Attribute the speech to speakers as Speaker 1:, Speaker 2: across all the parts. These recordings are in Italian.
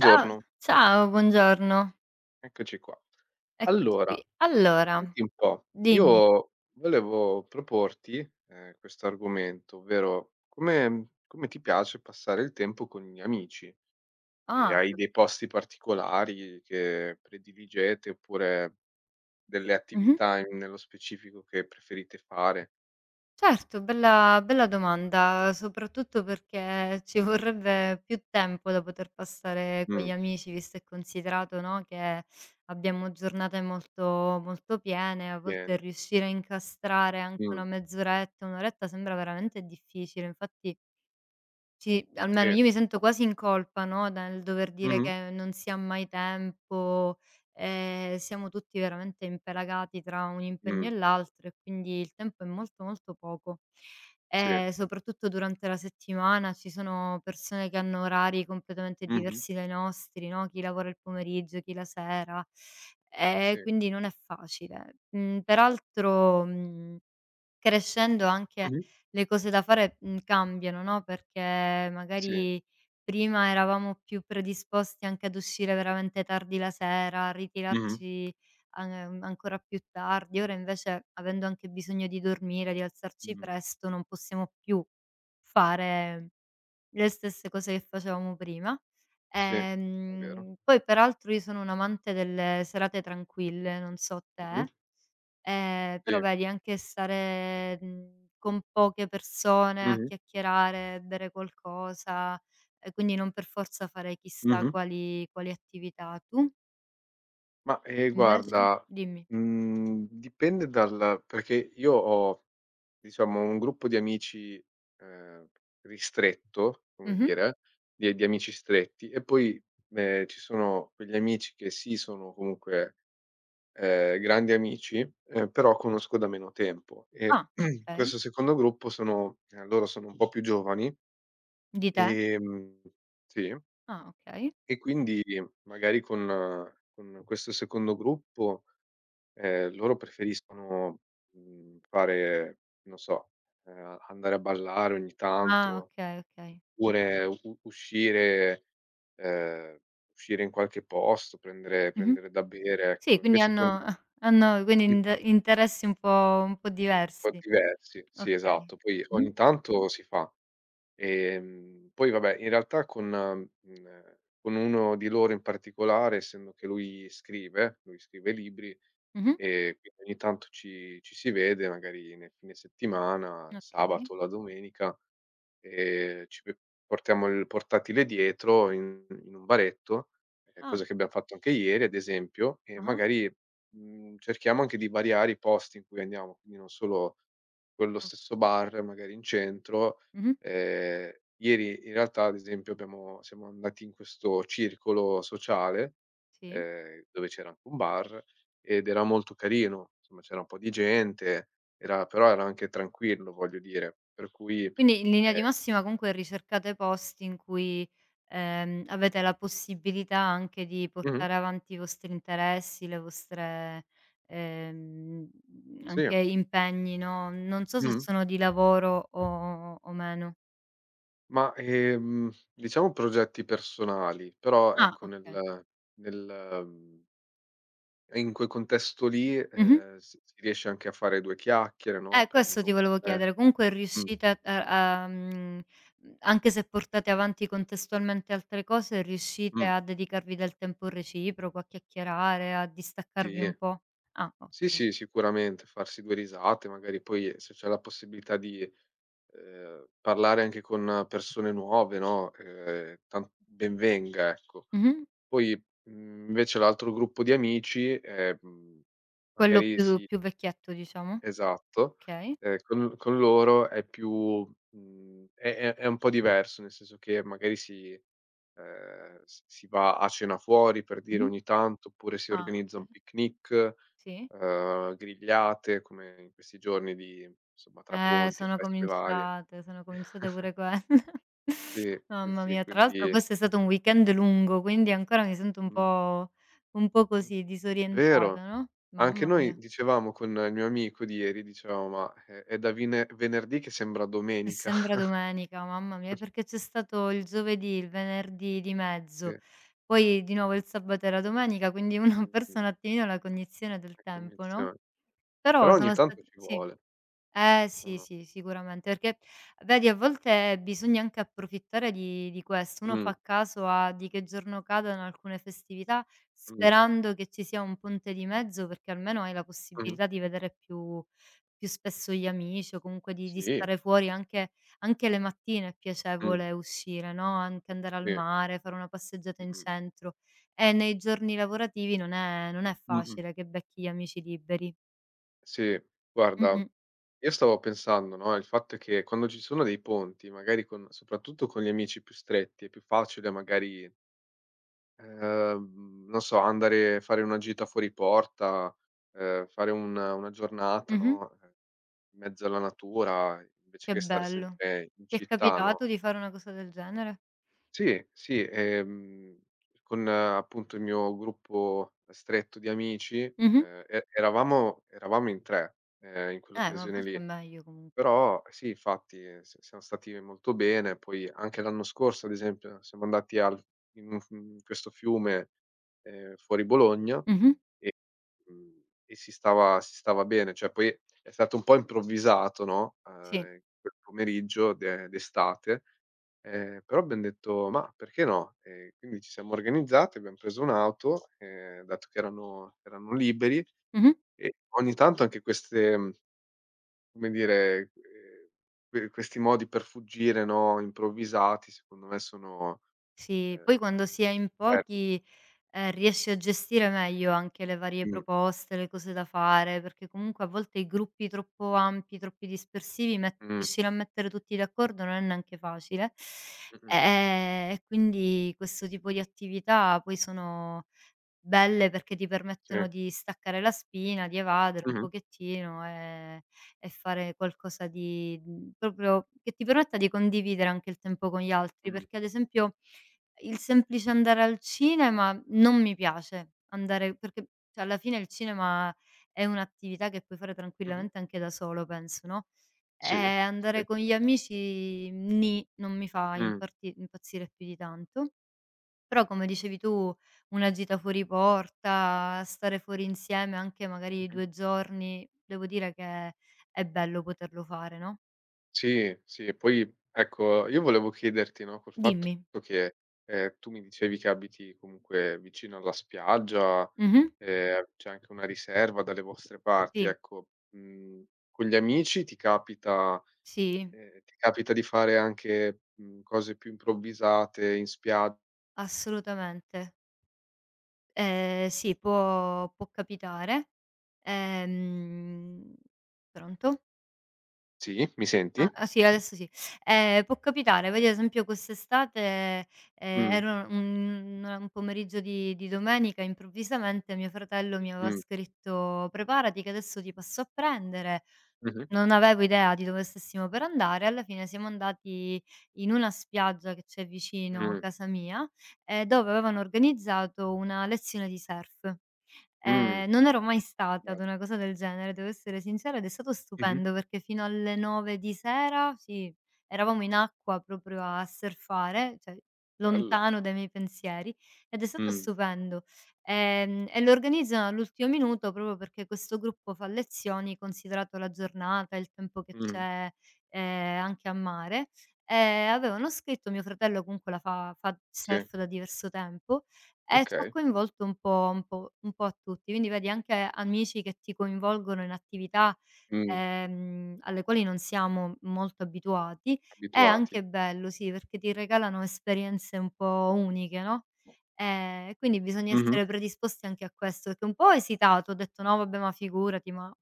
Speaker 1: Ciao, ciao, buongiorno.
Speaker 2: eccoci qua.
Speaker 1: Eccoci
Speaker 2: Allora,
Speaker 1: qui. Allora,
Speaker 2: senti un po',
Speaker 1: dimmi.
Speaker 2: io volevo proporti, questo argomento, ovvero come ti piace passare il tempo con gli amici? E
Speaker 1: Ah,
Speaker 2: hai
Speaker 1: che
Speaker 2: dei posti particolari che prediligete, oppure delle
Speaker 1: mh-mh.
Speaker 2: attività in nello specifico che preferite fare?
Speaker 1: Certo, bella bella domanda, soprattutto perché ci vorrebbe più tempo da poter passare con
Speaker 2: Mh,
Speaker 1: gli amici, visto e considerato, no, che abbiamo giornate molto molto piene, a volte
Speaker 2: bene,
Speaker 1: riuscire a incastrare anche
Speaker 2: mh,
Speaker 1: una mezz'oretta, 1 oretta sembra veramente difficile. Infatti. Sì,
Speaker 2: sì,
Speaker 1: almeno io mi sento quasi in colpa, no, nel dover dire
Speaker 2: mh-mh,
Speaker 1: che non si ha mai tempo, siamo tutti veramente impelagati tra un impegno
Speaker 2: mh,
Speaker 1: e l'altro e quindi il tempo è molto, molto poco.
Speaker 2: sì,
Speaker 1: E soprattutto durante la settimana ci sono persone che hanno orari completamente
Speaker 2: mh-mh,
Speaker 1: diversi dai nostri, no, chi lavora il pomeriggio, chi la sera,
Speaker 2: sì,
Speaker 1: quindi non è facile. Mhmm, Peraltro, mhmm crescendo anche
Speaker 2: mh-mh,
Speaker 1: le cose da fare, cambiano, no, perché
Speaker 2: sì,
Speaker 1: magari prima eravamo più predisposti anche ad uscire veramente tardi la sera, a
Speaker 2: mh-mh,
Speaker 1: ritirarci an ancora più tardi. Ora invece, avendo anche bisogno di dormire, di alzarci
Speaker 2: mh,
Speaker 1: presto, non possiamo più fare le stesse cose che facevamo prima.
Speaker 2: sì, è vero,
Speaker 1: Poi peraltro io sono un amante delle serate tranquille, non so
Speaker 2: mh-mh,
Speaker 1: te. Però
Speaker 2: sì.
Speaker 1: vedi anche stare, con poche persone a
Speaker 2: Mh-mh,
Speaker 1: chiacchierare, bere qualcosa, e quindi non per forza fare chissà
Speaker 2: mh-mh.
Speaker 1: quali attività. Tu
Speaker 2: Ma,
Speaker 1: invece?
Speaker 2: guarda,
Speaker 1: Dimmi.
Speaker 2: dipende. Dal perché io ho, diciamo, un gruppo di amici, ehm, ristretto, come
Speaker 1: Mh-mh.
Speaker 2: dire, di amici stretti, e poi, ci sono quegli amici che sì, sono comunque, grandi amici, però conosco da meno tempo, e
Speaker 1: Ah, okay.
Speaker 2: questo secondo gruppo sono loro sono un po' più giovani,
Speaker 1: Di te?
Speaker 2: ehm sì?
Speaker 1: Ah, okay.
Speaker 2: E quindi magari con questo secondo gruppo, loro preferiscono, fare, non so, andare a ballare ogni
Speaker 1: Ah,
Speaker 2: tanto,
Speaker 1: okay, okay.
Speaker 2: oppure u uscire ehm, uscire in qualche posto, prendere
Speaker 1: Mh-mh.
Speaker 2: prendere da bere, ecco.
Speaker 1: Sì, quindi
Speaker 2: Invece con
Speaker 1: hanno hanno quindi interessi un po'
Speaker 2: un po'
Speaker 1: diversi.
Speaker 2: diversi. Sì,
Speaker 1: Okay.
Speaker 2: esatto. Poi
Speaker 1: Mh-mh.
Speaker 2: ogni tanto si fa. Poi vabbè, in realtà con uno di loro in particolare, essendo che lui scrive libri,
Speaker 1: Mh-mh.
Speaker 2: quindi ogni tanto ci si vede magari nel fine settimana,
Speaker 1: Okay.
Speaker 2: sabato o la domenica. Ci p portiamo il portatile dietro in un baretto, cosa
Speaker 1: Ah.
Speaker 2: che abbiam fatto anche ieri, ad esempio, e
Speaker 1: Ah-ah.
Speaker 2: magari, cerchiamo anche di variare i posti in cui andiamo, quindi non solo quello
Speaker 1: O
Speaker 2: stesso bar, magari in centro.
Speaker 1: Mh-mh.
Speaker 2: Ehm, ieri in realtà, ad esempio, abbiamo siamo andati in questo circolo sociale,
Speaker 1: Sì.
Speaker 2: dove c'era anche un bar, ed era molto carino, insomma c'era un po' di gente, era però era anche tranquillo, voglio dire, per cui,
Speaker 1: Quindi in linea
Speaker 2: ehm
Speaker 1: di massima comunque ricercate posti in cui, avete la possibilità anche di
Speaker 2: mh-mh.
Speaker 1: portare avanti i vostri interessi, le vostre, ehm,
Speaker 2: Sì.
Speaker 1: anche impegni, no, non so se
Speaker 2: Mh-mh.
Speaker 1: sono di lavoro o meno.
Speaker 2: Ma, diciamo progetti personali, però
Speaker 1: Ah,
Speaker 2: ecco
Speaker 1: okay.
Speaker 2: nel mhmm, in quel contesto lì,
Speaker 1: Mh-mh.
Speaker 2: si riesce anche a fare 2 chiacchiere, no, a
Speaker 1: Questo
Speaker 2: prendere un
Speaker 1: ti volevo
Speaker 2: caffè.
Speaker 1: chiedere. Comunque
Speaker 2: Mh.
Speaker 1: riuscite a anche se portate avanti contestualmente altre cose, riuscite
Speaker 2: Mh.
Speaker 1: a dedicarvi del tempo reciproco, a chiacchierare, a distaccarvi
Speaker 2: Sì.
Speaker 1: un po'? Ah,
Speaker 2: Sì,
Speaker 1: ottimo.
Speaker 2: sì, sicuramente, farsi 2 risate, magari poi se c'è la possibilità di, parlare anche con persone nuove, no, tan ben venga, ecco.
Speaker 1: Mh-mh.
Speaker 2: Poi, invece l'altro gruppo di amici,
Speaker 1: Quello
Speaker 2: magari
Speaker 1: più
Speaker 2: si...
Speaker 1: più vecchietto diciamo.
Speaker 2: Esatto.
Speaker 1: Okay.
Speaker 2: Con loro è più è un po' diverso, nel senso che magari si va a cena fuori, per dire,
Speaker 1: Mh-mh.
Speaker 2: ogni tanto, oppure si
Speaker 1: Ah,
Speaker 2: organizza
Speaker 1: okay.
Speaker 2: un picnic,
Speaker 1: Sì.
Speaker 2: grigliate, come in questi giorni di, insomma, tra ponti e feste varie.
Speaker 1: Sono cominciate pure quelle.
Speaker 2: Sì, sì,
Speaker 1: Mamma
Speaker 2: sì,
Speaker 1: mia, tra l'altro
Speaker 2: quindi
Speaker 1: questo è stato un weekend lungo, quindi ancora mi sento un
Speaker 2: mh,
Speaker 1: po' un po'
Speaker 2: mh,
Speaker 1: così disorientata,
Speaker 2: vero.
Speaker 1: no,
Speaker 2: Anche
Speaker 1: mamma
Speaker 2: noi
Speaker 1: mia,
Speaker 2: dicevamo con il mio amico di ieri, dicevamo: "Ma è da vine venerdì che sembra
Speaker 1: e
Speaker 2: domenica."
Speaker 1: sembra domenica, mamma mia, perché c'è stato il giovedì, il venerdì di
Speaker 2: Sì.
Speaker 1: mezzo, poi di nuovo il sabato e la domenica, quindi uno ha perso
Speaker 2: Mh-mh.
Speaker 1: un attimino la cognizione del
Speaker 2: E
Speaker 1: tempo, no,
Speaker 2: cognizione. Però
Speaker 1: però
Speaker 2: ogni
Speaker 1: sono
Speaker 2: tanto
Speaker 1: stati
Speaker 2: ci
Speaker 1: sì.
Speaker 2: vuole,
Speaker 1: Eh
Speaker 2: o
Speaker 1: sì,
Speaker 2: no?
Speaker 1: sì, sicuramente, perché vedi a volte bisogna anche approfittare di questo. Uno
Speaker 2: Mh,
Speaker 1: fa caso a di che giorno cadano alcune festività,
Speaker 2: mh,
Speaker 1: sperando che ci sia un ponte di mezzo, perché almeno hai la
Speaker 2: mh.
Speaker 1: possibilità di vedere più spesso gli amici, o comunque di
Speaker 2: Sì,
Speaker 1: stare fuori anche le mattine è
Speaker 2: mh,
Speaker 1: piacevole uscire, no, anche andare al
Speaker 2: sì.
Speaker 1: mare, fare una passeggiata in
Speaker 2: Mh-mh.
Speaker 1: centro. E nei giorni lavorativi non è
Speaker 2: Mh-mh.
Speaker 1: facile che becchi gli amici liberi.
Speaker 2: Sì, guarda,
Speaker 1: Mh-mh.
Speaker 2: io stavo pensando, no, il fatto è che quando ci sono dei ponti, magari con soprattutto con gli amici più stretti, è più facile magari, non so, andare, fare una gita fuori porta, fare un una giornata,
Speaker 1: Mh-mh.
Speaker 2: no, in mezzo alla natura, invece
Speaker 1: Che
Speaker 2: che stare
Speaker 1: bello.
Speaker 2: sempre in
Speaker 1: Ti è
Speaker 2: città, no?
Speaker 1: capitato di fare una cosa del genere?
Speaker 2: Sì, sì, con appunto il mio gruppo stretto di amici,
Speaker 1: Mh-mh.
Speaker 2: eravamo in 3, in
Speaker 1: Ma a
Speaker 2: quell'occasione
Speaker 1: volte è
Speaker 2: lì.
Speaker 1: meglio comunque.
Speaker 2: Però sì, infatti s siamo stati molto bene. Poi anche l'anno scorso, ad esempio, siamo andati al in un f in questo fiume, fuori Bologna.
Speaker 1: Mh-mh.
Speaker 2: Mhmm, e si stava bene, cioè poi è stato un po' improvvisato, no,
Speaker 1: Sì.
Speaker 2: quel pomeriggio d'estate, però abbiam detto: "Mah, perché no?" E quindi ci siamo organizzati, abbiam preso un'auto, dato che erano liberi,
Speaker 1: Mh-mh.
Speaker 2: e ogni tanto anche queste, come dire, questi modi per fuggire, no, improvvisati, secondo me sono,
Speaker 1: Sì, poi
Speaker 2: ehm,
Speaker 1: quando si è in
Speaker 2: eh,
Speaker 1: pochi, riesci a gestire meglio anche le varie
Speaker 2: mh,
Speaker 1: proposte, le cose da fare, perché comunque a volte i gruppi troppo ampi, troppi dispersivi, met
Speaker 2: mh,
Speaker 1: riuscire a mettere tutti d'accordo non è neanche facile. E
Speaker 2: mh-mh,
Speaker 1: e quindi questo tipo di attività poi sono belle perché ti
Speaker 2: sì,
Speaker 1: permettono di staccare la spina, di evadere un
Speaker 2: mh-mh,
Speaker 1: pochettino, e fare qualcosa di proprio che ti permetta di condividere anche il tempo con gli altri,
Speaker 2: mh,
Speaker 1: perché ad esempio il semplice andare al cinema non mi piace, andare perché cioè alla fine il cinema è un'attività che puoi fare
Speaker 2: mh-mh,
Speaker 1: tranquillamente anche da solo penso, no,
Speaker 2: sì,
Speaker 1: andare
Speaker 2: sì,
Speaker 1: con gli amici nì, non mi fa
Speaker 2: mh.
Speaker 1: imparti impazzire più di tanto. Però come dicevi tu, una gita fuori porta, stare fuori insieme anche magari
Speaker 2: Mh-mh.
Speaker 1: 2 giorni, devo dire che è bello poterlo fare, no.
Speaker 2: Sì, sì, e poi ecco, io volevo chiederti, no, col fatto
Speaker 1: Dimmi.
Speaker 2: che, tu mi dicevi che abiti comunque vicino alla spiaggia,
Speaker 1: Mh-mh.
Speaker 2: c'è anche una riserva dalle vostre parti,
Speaker 1: Sì,
Speaker 2: ecco, con gli amici ti capita
Speaker 1: sì,
Speaker 2: ehm, ti capita di fare anche, cose più improvvisate in spia...
Speaker 1: assolutamente. Sì, può capitare. Ehm Pronto?
Speaker 2: Sì, mi
Speaker 1: Ah,
Speaker 2: senti?
Speaker 1: ah, sì, adesso sì. Può capitare, vedi ad esempio quest'estate,
Speaker 2: Mh,
Speaker 1: ero un pomeriggio di domenica, improvvisamente mio fratello mi aveva
Speaker 2: mh,
Speaker 1: scritto: "Preparati che adesso ti passo a prendere,
Speaker 2: mh-mh,
Speaker 1: non avevo idea di dove stessimo per andare, alla fine siamo andati in una spiaggia che c'è vicino
Speaker 2: mh,
Speaker 1: casa mia, dove avevano organizzato una lezione di surf.
Speaker 2: mh,
Speaker 1: Non ero mai stata ad
Speaker 2: bello.
Speaker 1: una cosa del genere, devo essere sincera, ed è stato
Speaker 2: Mh-mh,
Speaker 1: stupendo perché fino alle 9 di sera, sì, eravamo in acqua proprio a surfare, cioè
Speaker 2: bello.
Speaker 1: lontano dai miei pensieri, ed è stato
Speaker 2: Mh,
Speaker 1: stupendo. E lo organizzano all'ultimo minuto proprio perché questo gruppo fa lezioni, considerato la giornata, il tempo che
Speaker 2: mh,
Speaker 1: c'è, anche a mare. Avevano scritto mio fratello comunque la fa
Speaker 2: sì,
Speaker 1: surf da diverso tempo e ci ha
Speaker 2: okay,
Speaker 1: coinvolto un po' a tutti. Quindi vedi anche amici che ti coinvolgono in attività,
Speaker 2: mh,
Speaker 1: alle quali non siamo molto abituati, è
Speaker 2: abituati.
Speaker 1: anche bello, sì, perché ti regalano esperienze un po' uniche, no? E quindi bisogna
Speaker 2: Mh-mh,
Speaker 1: essere predisposti anche a questo, perché un po' ho esitato, ho detto: "No vabbè, ma figurati, ma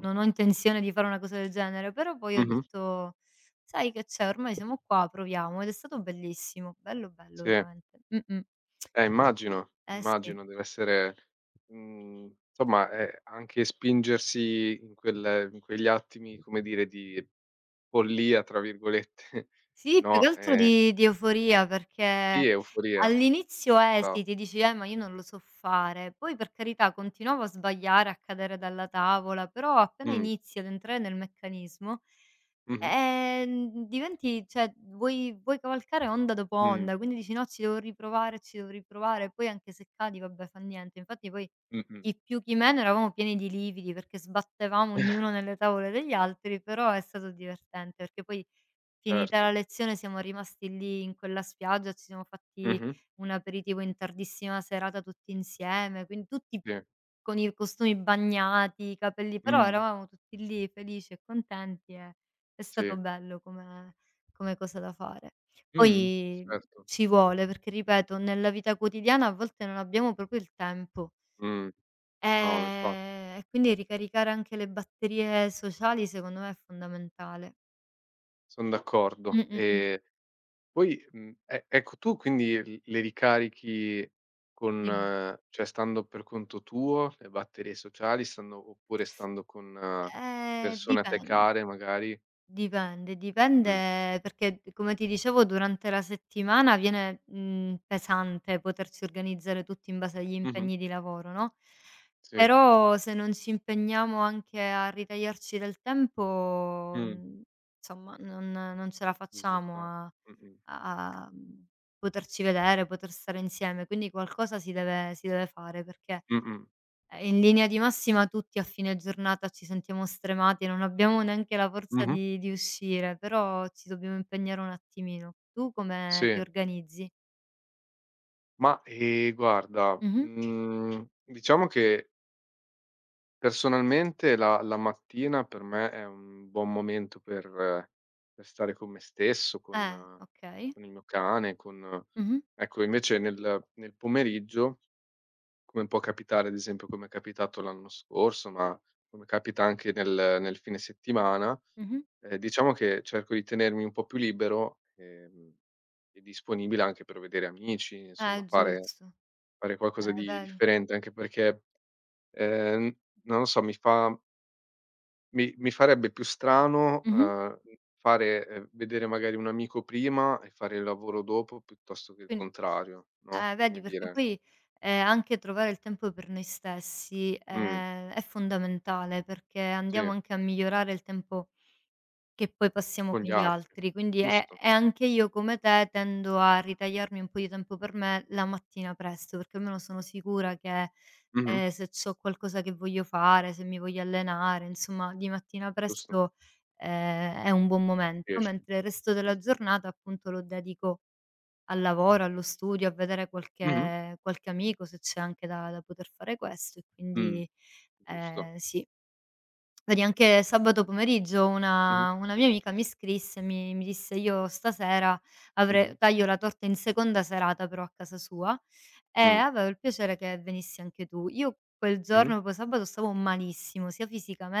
Speaker 1: non ho intenzione di fare una cosa del genere", però poi ho
Speaker 2: mh-mh.
Speaker 1: detto: "Sai che c'è, ormai siamo qua, proviamo", ed è stato bellissimo, bello bello
Speaker 2: Sì,
Speaker 1: veramente. Mh-mh. Eh sì.
Speaker 2: immagino, dev'essere, insomma, anche spingersi in quel in quegli attimi, come dire, di "follia" tra virgolette.
Speaker 1: Sì, più che
Speaker 2: No,
Speaker 1: altro di euforia,
Speaker 2: sì,
Speaker 1: perché
Speaker 2: euforia,
Speaker 1: all'inizio
Speaker 2: esa
Speaker 1: esiti, dici: ma io non lo so fare". Poi, per carità, continuavo a sbagliare, a cadere dalla tavola, però appena
Speaker 2: mh,
Speaker 1: inizi ad entrare nel meccanismo,
Speaker 2: mh-mh,
Speaker 1: diventi cioè vuoi cavalcare onda dopo
Speaker 2: mh,
Speaker 1: onda, quindi dici: "No, ci devo riprovare, ci devo riprovare". Poi anche se cadi, vabbè, fa niente. Infatti poi,
Speaker 2: mh-mh,
Speaker 1: chi più chi meno, eravamo pieni di lividi, perché sbattevamo ognuno nelle tavole degli altri, però è stato divertente, perché poi finita la
Speaker 2: certo,
Speaker 1: lezione siamo rimasti lì in quella spiaggia, ci siamo fatti
Speaker 2: mh-mh,
Speaker 1: un aperitivo in tardissima serata tutti insieme, quindi tutti
Speaker 2: sì,
Speaker 1: con i costumi bagnati, i capelli però
Speaker 2: mh,
Speaker 1: eravamo tutti lì felici e contenti e è
Speaker 2: sì,
Speaker 1: stato bello come cosa da fare.
Speaker 2: mh,
Speaker 1: Poi
Speaker 2: certo,
Speaker 1: ci vuole, perché ripeto nella vita quotidiana a volte non abbiamo proprio il tempo,
Speaker 2: mh. No, ma infatti,
Speaker 1: e quindi ricaricare anche le batterie sociali secondo me è fondamentale.
Speaker 2: son
Speaker 1: Mh,
Speaker 2: d'accordo.
Speaker 1: mh, mh.
Speaker 2: Poi, mhmm, e ecco, tu quindi l le ricarichi con,
Speaker 1: Dimmi.
Speaker 2: cioè stando per conto tuo, le batterie sociali, stando, oppure stando con,
Speaker 1: Ehm,
Speaker 2: persone a te
Speaker 1: dipen
Speaker 2: care magari?
Speaker 1: dipende,
Speaker 2: Mh.
Speaker 1: dipende perché d come ti dicevo durante la settimana viene, pesante potersi organizzare tutti in base agli
Speaker 2: Mh-mh.
Speaker 1: impegni di lavoro, no,
Speaker 2: Sì.
Speaker 1: però se non ci impegniamo anche a ritagliarci del tempo,
Speaker 2: Mh.
Speaker 1: insomma non ce la
Speaker 2: Risulta...
Speaker 1: facciamo a
Speaker 2: Mh-mh.
Speaker 1: a a, mhmm, poterci vedere, poter stare insieme, quindi qualcosa si deve fare perché
Speaker 2: Mh-mh.
Speaker 1: In linea di massima tutti a fine giornata ci sentiamo stremati e non abbiamo neanche la forza
Speaker 2: Mh-mh.
Speaker 1: di uscire, però ci dobbiamo impegnare un attimino. Tu come ti
Speaker 2: Sì.
Speaker 1: organizzi?
Speaker 2: Ma, guarda,
Speaker 1: Mh-mh.
Speaker 2: diciamo che personalmente, la mattina per me è un buon momento per, per stare con me stesso, con,
Speaker 1: Okay.
Speaker 2: con il mio cane, con,
Speaker 1: Mh-mh,
Speaker 2: ecco. Invece nel, pomeriggio, come può capitare, ad esempio come è capitato l'anno scorso, ma come capita anche nel, fine settimana,
Speaker 1: mh-mh.
Speaker 2: diciamo che cerco di tenermi un po' più libero, e disponibile anche per vedere amici, insomma fare,
Speaker 1: Giusto.
Speaker 2: qualcosa di
Speaker 1: Vedi.
Speaker 2: differente, anche perché, ehm, non lo so, mi fa mi farebbe più strano,
Speaker 1: Mh-mh.
Speaker 2: fare, vedere magari un amico prima e fare il lavoro dopo, piuttosto che il
Speaker 1: Quin
Speaker 2: contrario, no,
Speaker 1: Eh, vedi
Speaker 2: come
Speaker 1: perché
Speaker 2: dire,
Speaker 1: poi, anche trovare il tempo per noi stessi,
Speaker 2: mh,
Speaker 1: è fondamentale perché
Speaker 2: sì,
Speaker 1: andiamo anche a migliorare il tempo che poi passiamo
Speaker 2: con
Speaker 1: con
Speaker 2: gli
Speaker 1: gli
Speaker 2: altri.
Speaker 1: altri, quindi e
Speaker 2: Giusto.
Speaker 1: e anche io come te tendo a ritagliarmi un po' di tempo per me la mattina presto, perché almeno sono sicura che,
Speaker 2: Mh-mh.
Speaker 1: se c'ho qualcosa che voglio fare, se mi voglio allenare, insomma di mattina
Speaker 2: Giusto,
Speaker 1: presto, è un buon momento,
Speaker 2: riesci.
Speaker 1: mentre il resto della
Speaker 2: Mh.
Speaker 1: giornata appunto lo dedico al lavoro, allo studio, a vedere
Speaker 2: Mh-mh.
Speaker 1: qualche amico, se c'è anche da poter fare questo e
Speaker 2: Mh.
Speaker 1: quindi,
Speaker 2: Giusto.
Speaker 1: sì. Vedi anche sabato pomeriggio
Speaker 2: Mh-mh.
Speaker 1: una mia amica mi scrisse e mi disse: "Io stasera
Speaker 2: Mh-mh.
Speaker 1: avre taglio la torta in seconda serata però a casa sua e
Speaker 2: Mh.
Speaker 1: avevo il piacere che venissi anche tu". Io quel
Speaker 2: Mh-mh.
Speaker 1: giorno, poi sabato, stavo malissimo sia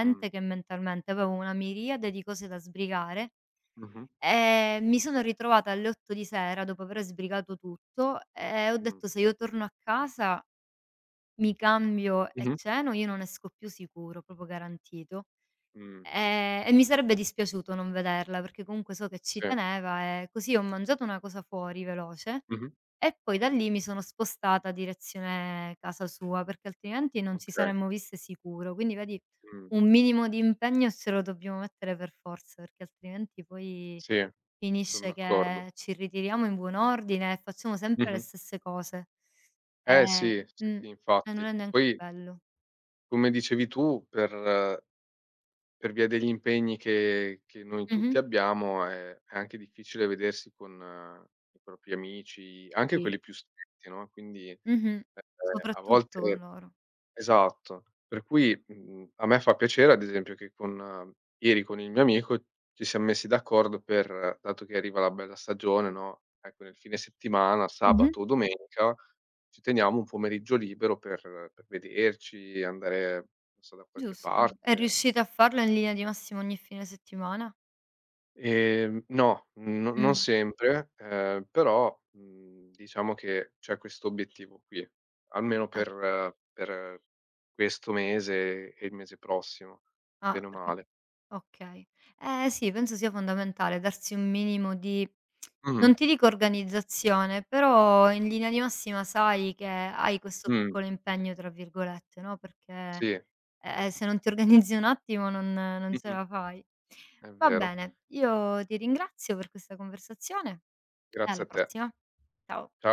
Speaker 2: Mh.
Speaker 1: che mentalmente, avevo una miriade di cose da sbrigare,
Speaker 2: Mh-mh.
Speaker 1: mi sono ritrovata alle 8 di sera dopo aver sbrigato tutto e ho
Speaker 2: Mh.
Speaker 1: detto: "Se io torno a casa, mi cambio e
Speaker 2: Mh-mh.
Speaker 1: ceno, io non esco più sicuro, proprio garantito".
Speaker 2: Mh.
Speaker 1: E mi sarebbe dispiaciuto non vederla, perché comunque so che ci
Speaker 2: Sì.
Speaker 1: teneva e così ho mangiato una cosa fuori veloce
Speaker 2: Mh-mh.
Speaker 1: e poi da lì mi sono spostata direzione casa sua, perché altrimenti non ci
Speaker 2: Okay.
Speaker 1: saremmo viste sicuro. Quindi vedi,
Speaker 2: Mh.
Speaker 1: un minimo di impegno ce lo dobbiamo mettere per forza, perché altrimenti poi
Speaker 2: Sì, son
Speaker 1: finisce
Speaker 2: d'accordo.
Speaker 1: che ci ritiriamo in buon ordine e facciamo sempre le
Speaker 2: Mh-mh.
Speaker 1: stesse cose.
Speaker 2: Eh
Speaker 1: Ehm,
Speaker 2: sì, sì,
Speaker 1: mh,
Speaker 2: sì,
Speaker 1: e non
Speaker 2: infatti.
Speaker 1: è neanche
Speaker 2: Poi,
Speaker 1: bello.
Speaker 2: come dicevi tu, per, per via degli impegni che noi
Speaker 1: Mh-mh,
Speaker 2: tutti abbiamo, è anche difficile vedersi con, i propri amici, anche
Speaker 1: sì.
Speaker 2: quelli più stretti, no, quindi,
Speaker 1: Mh-mh.
Speaker 2: a
Speaker 1: Soprattutto con
Speaker 2: volte...
Speaker 1: loro.
Speaker 2: Esatto. Per cui, a me fa piacere, ad esempio, che con ieri con il mio amico ci siam messi d'accordo per, dato che arriva la bella stagione, no, ecco, nel fine settimana,
Speaker 1: Mh-mh.
Speaker 2: sabato o domenica, ci teniamo un pomeriggio libero per vederci, andare, non so, da qualche
Speaker 1: Giusto. E
Speaker 2: parte.
Speaker 1: riuscite a farlo in linea di massima ogni fine settimana?
Speaker 2: No, no, non
Speaker 1: Mh.
Speaker 2: sempre, però, diciamo che c'è questo obiettivo qui, almeno
Speaker 1: Eh.
Speaker 2: per, questo mese e il mese prossimo,
Speaker 1: Ah,
Speaker 2: bene o
Speaker 1: perché
Speaker 2: male.
Speaker 1: okay. Eh sì, penso sia fondamentale darsi un minimo di
Speaker 2: Mh-mh.
Speaker 1: non ti dico organizzazione, però in linea di massima sai che hai questo
Speaker 2: Mh.
Speaker 1: piccolo "impegno" tra virgolette, no, perché,
Speaker 2: Sì.
Speaker 1: se non ti organizzi un attimo non ce
Speaker 2: Mh-mh.
Speaker 1: la fai.
Speaker 2: È
Speaker 1: Va
Speaker 2: vero.
Speaker 1: bene, io ti ringrazio per questa conversazione e
Speaker 2: Grazie a
Speaker 1: alla
Speaker 2: te.
Speaker 1: prossima. Ciao.
Speaker 2: Cia